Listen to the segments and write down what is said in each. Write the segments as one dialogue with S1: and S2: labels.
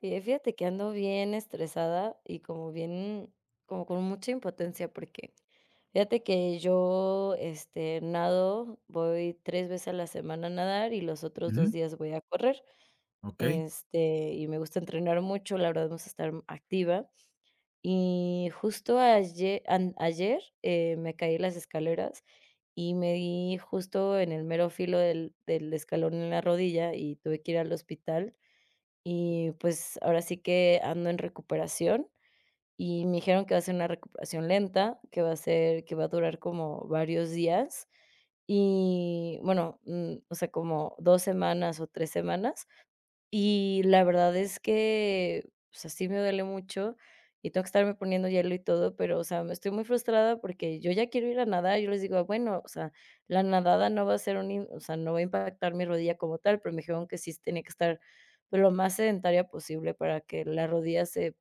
S1: Fíjate que ando bien estresada y como bien, como con mucha impotencia, porque fíjate que yo, nado, voy tres veces a la semana a nadar y los otros dos
S2: Ujú,
S1: días voy a correr,
S2: okey,
S1: y me gusta entrenar mucho, la verdad me gusta estar activa. Y justo ayer, me caí en las escaleras y me di justo en el mero filo del escalón en la rodilla y tuve que ir al hospital y, pues, ahora sí que ando en recuperación, y me dijeron que va a ser una recuperación lenta, que va a ser que va a durar como varios días, y bueno, o sea, como 2 semanas o 3 semanas, y la verdad es que, o sea, sí me duele mucho y tengo que estarme poniendo hielo y todo, pero, o sea, me estoy muy frustrada porque yo ya quiero ir a nadar. Yo les digo: "Bueno, o sea, la nadada no va a ser un in o sea, no va a impactar mi rodilla como tal", pero me dijeron que sí tenía que estar, pues, lo más sedentaria posible para que la rodilla se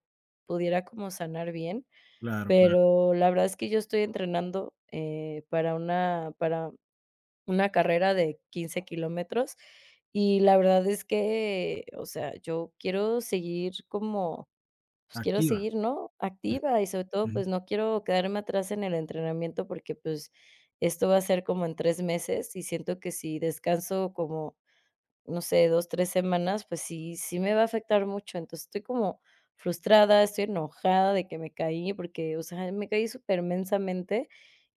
S1: pudiera como sanar bien.
S2: claro, claro,
S1: Pero la verdad es que yo estoy entrenando, para una carrera de 15 kilómetros, y la verdad es que, o sea, yo quiero seguir como, pues, quiero
S2: activa,
S1: seguir, ¿no?, activa y sobre todo,
S2: ujú.
S1: pues, no quiero quedarme atrás en el entrenamiento porque, pues, esto va a ser como en 3 meses, y siento que si descanso como, no sé, 2 3 semanas, pues sí me va a afectar mucho. Entonces, estoy como frustrada, estoy enojada de que me caí porque, o sea, me caí supermensamente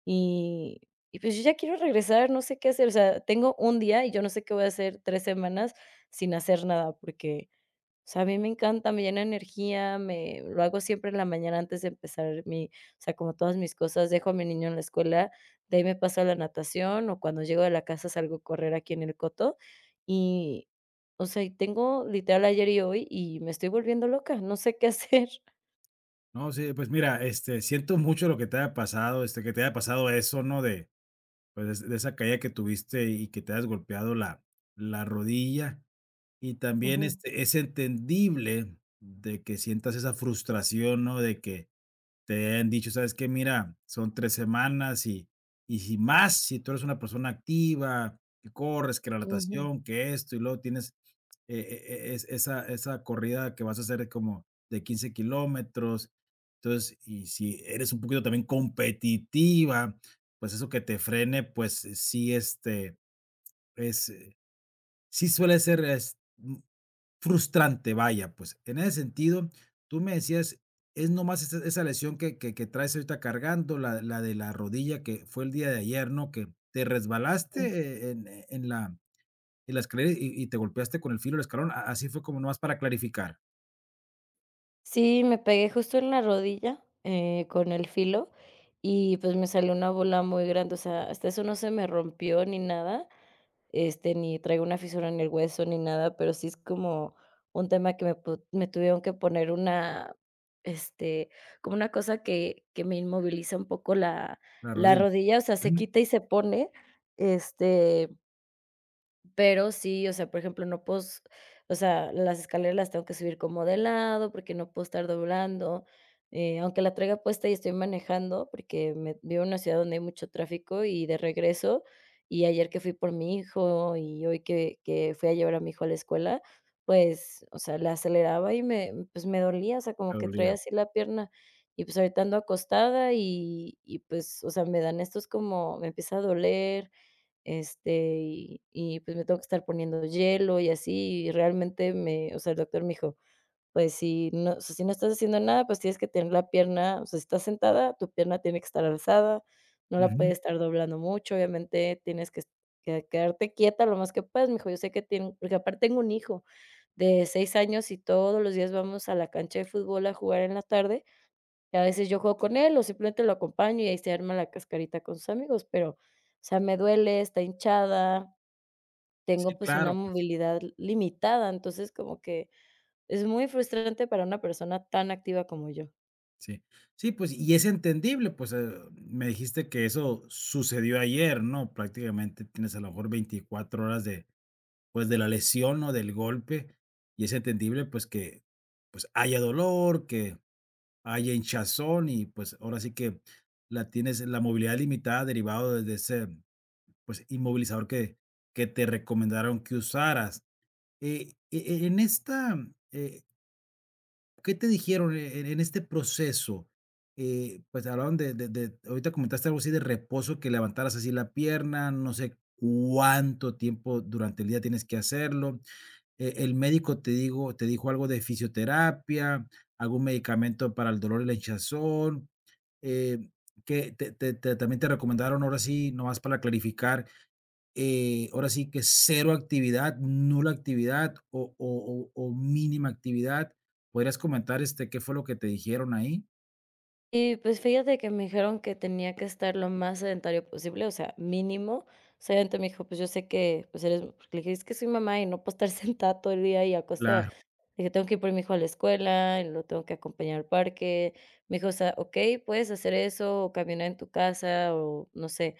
S1: y y pues, yo ya quiero regresar, no sé qué hacer, o sea, tengo un día y yo no sé qué voy a hacer 3 semanas sin hacer nada, porque, o sea, a mí me encanta, me llena de energía, me lo hago siempre en la mañana antes de empezar mi o sea, como todas mis cosas, dejo a mi niño en la escuela, de ahí me paso a la natación, o cuando llego de la casa salgo a correr aquí en el coto, y, o sea, y tengo literal ayer y hoy, y me estoy volviendo loca, no sé qué hacer.
S2: No, sí, pues mira, siento mucho lo que te haya pasado, que te haya pasado eso, ¿no? De, pues, de esa caída que tuviste y que te has golpeado la rodilla. Y también,
S1: Ujú,
S2: es entendible de que sientas esa frustración, ¿no? De que te han dicho, ¿sabes qué? Mira, son 3 semanas y si más, si tú eres una persona activa, que corres, que la
S1: ujú.
S2: natación, que esto, y luego tienes, eh, es esa corrida que vas a hacer como de 15 km. Entonces, y si eres un poquito también competitiva, pues eso que te frene, pues sí, es sí suele ser, es, frustrante, vaya, pues, en ese sentido, tú me decías, es nomás esa lesión que que traes ahorita cargando, la de la rodilla que fue el día de ayer, ¿no? Que te resbalaste, en la escalera y te golpeaste con el filo del escalón, a así fue como nomás para clarificar,
S1: Sí, me pegué justo en la rodilla, con el filo y, pues, me salió una bola muy grande, o sea, hasta eso no se me rompió ni nada, ni traigo una fisura en el hueso ni nada, pero sí es como un tema que me tuvieron que poner una, este, como una cosa que me inmoviliza un poco la
S2: la
S1: la
S2: rodilla.
S1: rodilla, o sea, se
S2: Ujú,
S1: quita y se pone, este pero sí, o sea, por ejemplo, no puedo, s o sea, las escaleras las tengo que subir como de lado, porque no puedo estar doblando, aunque la traiga puesta y estoy manejando, porque me vivo en una ciudad donde hay mucho tráfico y de regreso, y ayer que fui por mi hijo y hoy que fui a llevar a mi hijo a la escuela, pues, o sea, le aceleraba y me, pues, me dolía, o sea,
S2: te
S1: como que traía
S2: dolía.
S1: así la pierna. Y, pues, ahorita ando acostada y, pues, o sea, me dan estos como me empieza a doler, este, y, pues, me tengo que estar poniendo hielo y así, y realmente me o sea, el doctor me dijo: "Pues, si no o sea, si no estás haciendo nada, pues, tienes que tener la pierna, o sea, si estás sentada, tu pierna tiene que estar alzada, no la puedes
S2: Ujú.
S1: estar doblando mucho, obviamente tienes que quedarte quieta lo más que puedas", me dijo: "Yo sé que tiene, porque aparte tengo un hijo de 6 años y todos los días vamos a la cancha de fútbol a jugar en la tarde, y a veces yo juego con él o simplemente lo acompaño y ahí se arma la cascarita con sus amigos, pero, o sea, me duele, está hinchada,
S2: Sí,
S1: tengo, pues, una
S2: claro, pues,
S1: movilidad limitada, entonces como que es muy frustrante para una persona tan activa como yo.
S2: sí. Sí, pues, y es entendible, pues, me dijiste que eso sucedió ayer, ¿no? Prácticamente tienes a lo mejor 24 horas de pues, de la lesión o del golpe, y es entendible, pues, que, pues, haya dolor, que haya hinchazón y, pues, ahora sí que la tienes la movilidad limitada derivado de ese, pues, inmovilizador que te recomendaron que usaras. En esta, eh, ¿qué te dijeron en este proceso? Pues, hablaron de ahorita comentaste algo así de reposo, que levantaras así la pierna, no sé cuánto tiempo durante el día tienes que hacerlo, el médico te dijo algo de fisioterapia, algún medicamento para el dolor y la hinchazón, eh, que te también te recomendaron, ahora sí, nomás para clarificar, ahora sí que cero actividad, nula actividad o mínima actividad. ¿Podrías comentar, qué fue lo que te dijeron ahí?
S1: Y pues fíjate que me dijeron que tenía que estar lo más sedentario posible, o sea, mínimo. O sea, obviamente me dijo, pues yo sé que pues eres, porque le dije, es que soy mamá y no puedo estar sentada todo el día y acostada.
S2: Claro.
S1: Le dije, tengo que ir por mi hijo a la escuela, y lo tengo que acompañar al parque. Me dijo, o sea, ok, puedes hacer eso, o caminar en tu casa, o no sé,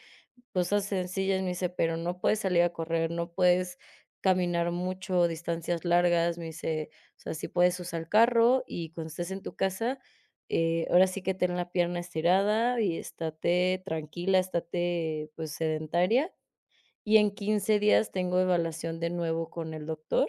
S1: cosas sencillas, me dice, pero no puedes salir a correr, no puedes caminar mucho, distancias largas, me dice, o sea, sí puedes usar el carro y cuando estés en tu casa, ahora sí que ten la pierna estirada y estate tranquila, estate pues sedentaria. Y en 15 días tengo evaluación de nuevo con el doctor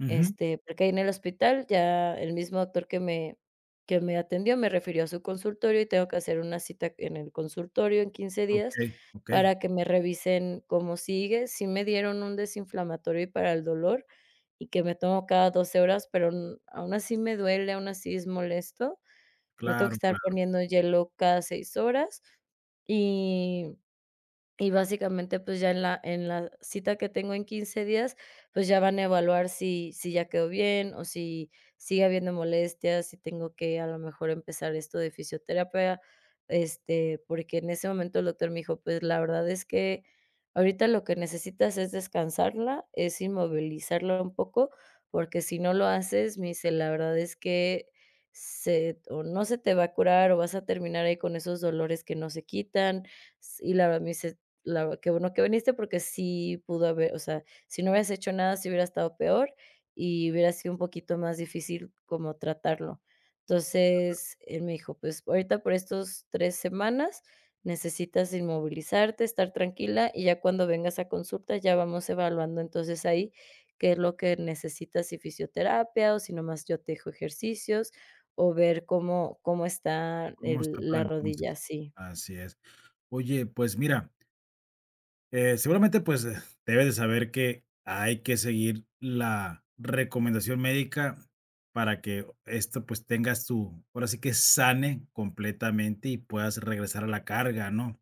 S2: Ujú.
S1: porque ahí en el hospital ya el mismo doctor que me atendió me refirió a su consultorio y tengo que hacer una cita en el consultorio en 15 días
S2: Okey, okey.
S1: para que me revisen cómo sigue. Sí me dieron un desinflamatorio y para el dolor y que me tomo cada 12 horas, pero n aún así me duele, aún así es molesto. Me tengo que
S2: Claro,
S1: estar
S2: claro.
S1: poniendo hielo cada 6 horas y y básicamente, pues, ya en la cita que tengo en 15 días, pues, ya van a evaluar si ya quedó bien o si sigue habiendo molestias, si tengo que a lo mejor empezar esto de fisioterapia, porque en ese momento el doctor me dijo: "Pues, la verdad es que ahorita lo que necesitas es descansarla, es inmovilizarla un poco, porque si no lo haces", me dice: "La verdad es que se o no se te va a curar o vas a terminar ahí con esos dolores que no se quitan". S Y la verdad me dice: la ver qué bueno que viniste, porque sí pudo haber o sea, si no hubieras hecho nada, sí hubiera estado peor y hubiera sido un poquito más difícil como tratarlo. Entonces, él me dijo: "Pues, ahorita por estos 3 semanas necesitas inmovilizarte, estar tranquila, y ya cuando vengas a consulta, ya vamos evaluando entonces ahí qué es lo que necesitas, si fisioterapia o si nomás yo te dejo ejercicios, o ver cómo está
S2: ¿Cómo está
S1: el
S2: para
S1: la rodilla",
S2: entonces?
S1: sí.
S2: Así es. Oye, pues mira, seguramente, pues, debes de saber que hay que seguir la recomendación médica para que esto, pues, tengas tu, ahora sí que sane completamente y puedas regresar a la carga, ¿no?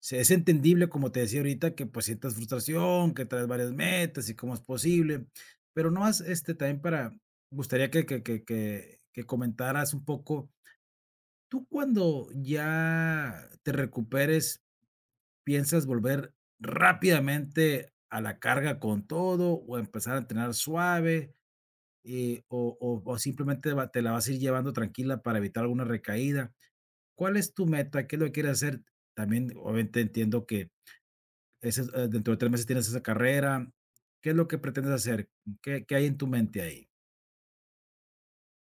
S2: Se- es entendible, como te decía ahorita, que pues sientas frustración, que traes varias metas y cómo es posible, pero no más, también para, me gustaría que, que comentaras un poco, tú cuando ya te recuperes, ¿piensas volver rápidamente a la carga con todo o empezar a entrenar suave, o simplemente va te la vas a ir llevando tranquila para evitar alguna recaída? ¿Cuál es tu meta? ¿Qué es lo que quieres hacer? También, obviamente, entiendo que ese, dentro de 3 meses tienes esa carrera. ¿Qué es lo que pretendes hacer? ¿Qué qué hay en tu mente ahí?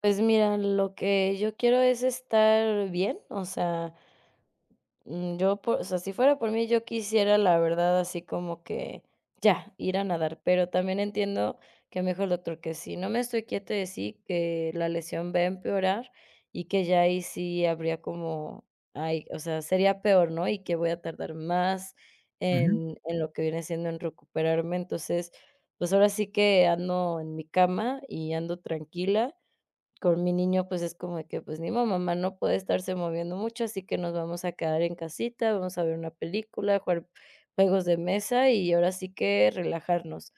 S1: Pues mira, lo que yo quiero es estar bien, o sea, yo, por, o sea, si fuera por mí, yo quisiera, la verdad, así como que ya, ir a nadar, pero también entiendo que me dijo el doctor que si no me estoy quieta de sí, que la lesión va a empeorar y que ya ahí sí habría como, ay, o sea, sería peor, ¿no? Y que voy a tardar más
S2: Ujú.
S1: en lo que viene siendo en recuperarme, entonces, pues ahora sí que ando en mi cama y ando tranquila con mi niño, pues, es como de que, pues, ni modo, mamá no puede estarse moviendo mucho, así que nos vamos a quedar en casita, vamos a ver una película, jugar juegos de mesa y ahora sí que relajarnos.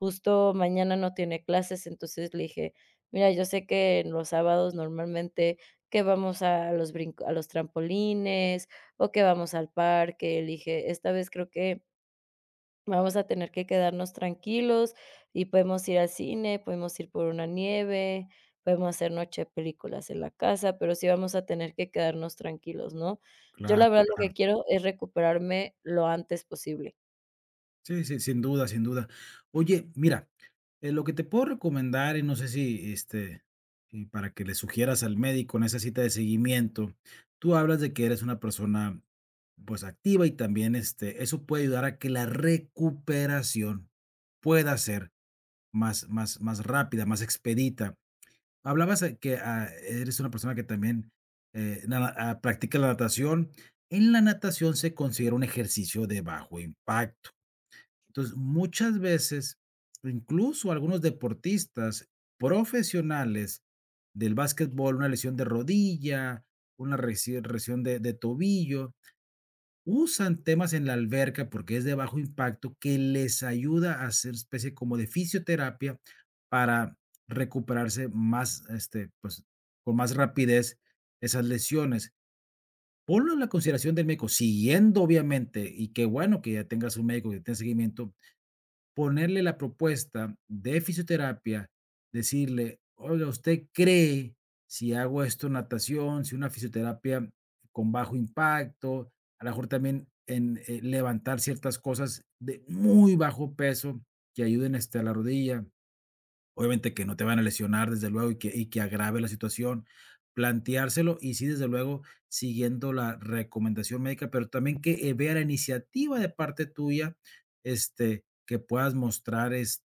S1: Justo mañana no tiene clases, entonces le dije: "Mira, yo sé que en los sábados normalmente que vamos a los brinco a los trampolines o que vamos al parque", le dije: "Esta vez creo que vamos a tener que quedarnos tranquilos y podemos ir al cine, podemos ir por una nieve, podemos hacer noche de películas en la casa, pero sí vamos a tener que quedarnos tranquilos, ¿no?" Yo la
S2: Claro,
S1: verdad lo
S2: claro.
S1: que quiero es recuperarme lo antes posible.
S2: Sí, sí, sin duda, sin duda. Oye, mira, lo que te puedo recomendar, y no sé si, y para que le sugieras al médico en esa cita de seguimiento, tú hablas de que eres una persona, pues, activa y también, eso puede ayudar a que la recuperación pueda ser más rápida, más expedita. Hablabas de que ah, eres una persona que también nada- ah, practica la natación. En la natación se considera un ejercicio de bajo impacto entonces, muchas veces, incluso algunos deportistas profesionales del básquetbol, una lesión de rodilla, una reci- lesión de tobillo, usan temas en la alberca porque es de bajo impacto que les ayuda a hacer especie como de fisioterapia para recuperarse más, pues, con más rapidez esas lesiones. Ponlo en la consideración del médico, siguiendo obviamente, y qué bueno que ya tengas un médico que tenga seguimiento, ponerle la propuesta de fisioterapia, decirle: "Oiga, ¿usted cree si hago esto, natación, si una fisioterapia con bajo impacto?". A lo mejor también en, levantar ciertas cosas de muy bajo peso que ayuden, a la rodilla. Obviamente que no te van a lesionar, desde luego, y que agrave la situación. Planteárselo y sí, desde luego, siguiendo la recomendación médica, pero también que, vea la iniciativa de parte tuya, que puedas mostrar, es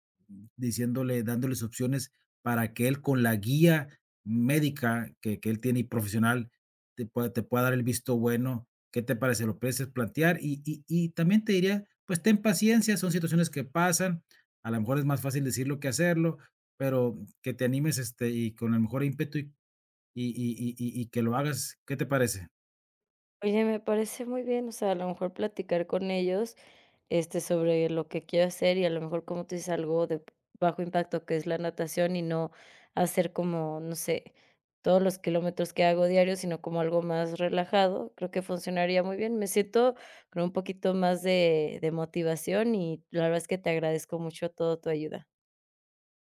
S2: diciéndole, dándoles opciones para que él con la guía médica que él tiene y profesional te pueda dar el visto bueno. ¿Qué te parece? Lo puedes plantear y también te diría, pues ten paciencia, son situaciones que pasan, a lo mejor es más fácil decirlo que hacerlo, pero que te animes, y con el mejor ímpetu y y que lo hagas, ¿qué te parece?
S1: Oye, me parece muy bien, o sea, a lo mejor platicar con ellos, sobre lo que quiero hacer y a lo mejor, como tú dices, algo de bajo impacto que es la natación y no hacer como, no sé, todos los kilómetros que hago diario, sino como algo más relajado, creo que funcionaría muy bien. Me siento con un poquito más de motivación y la verdad es que te agradezco mucho toda tu ayuda.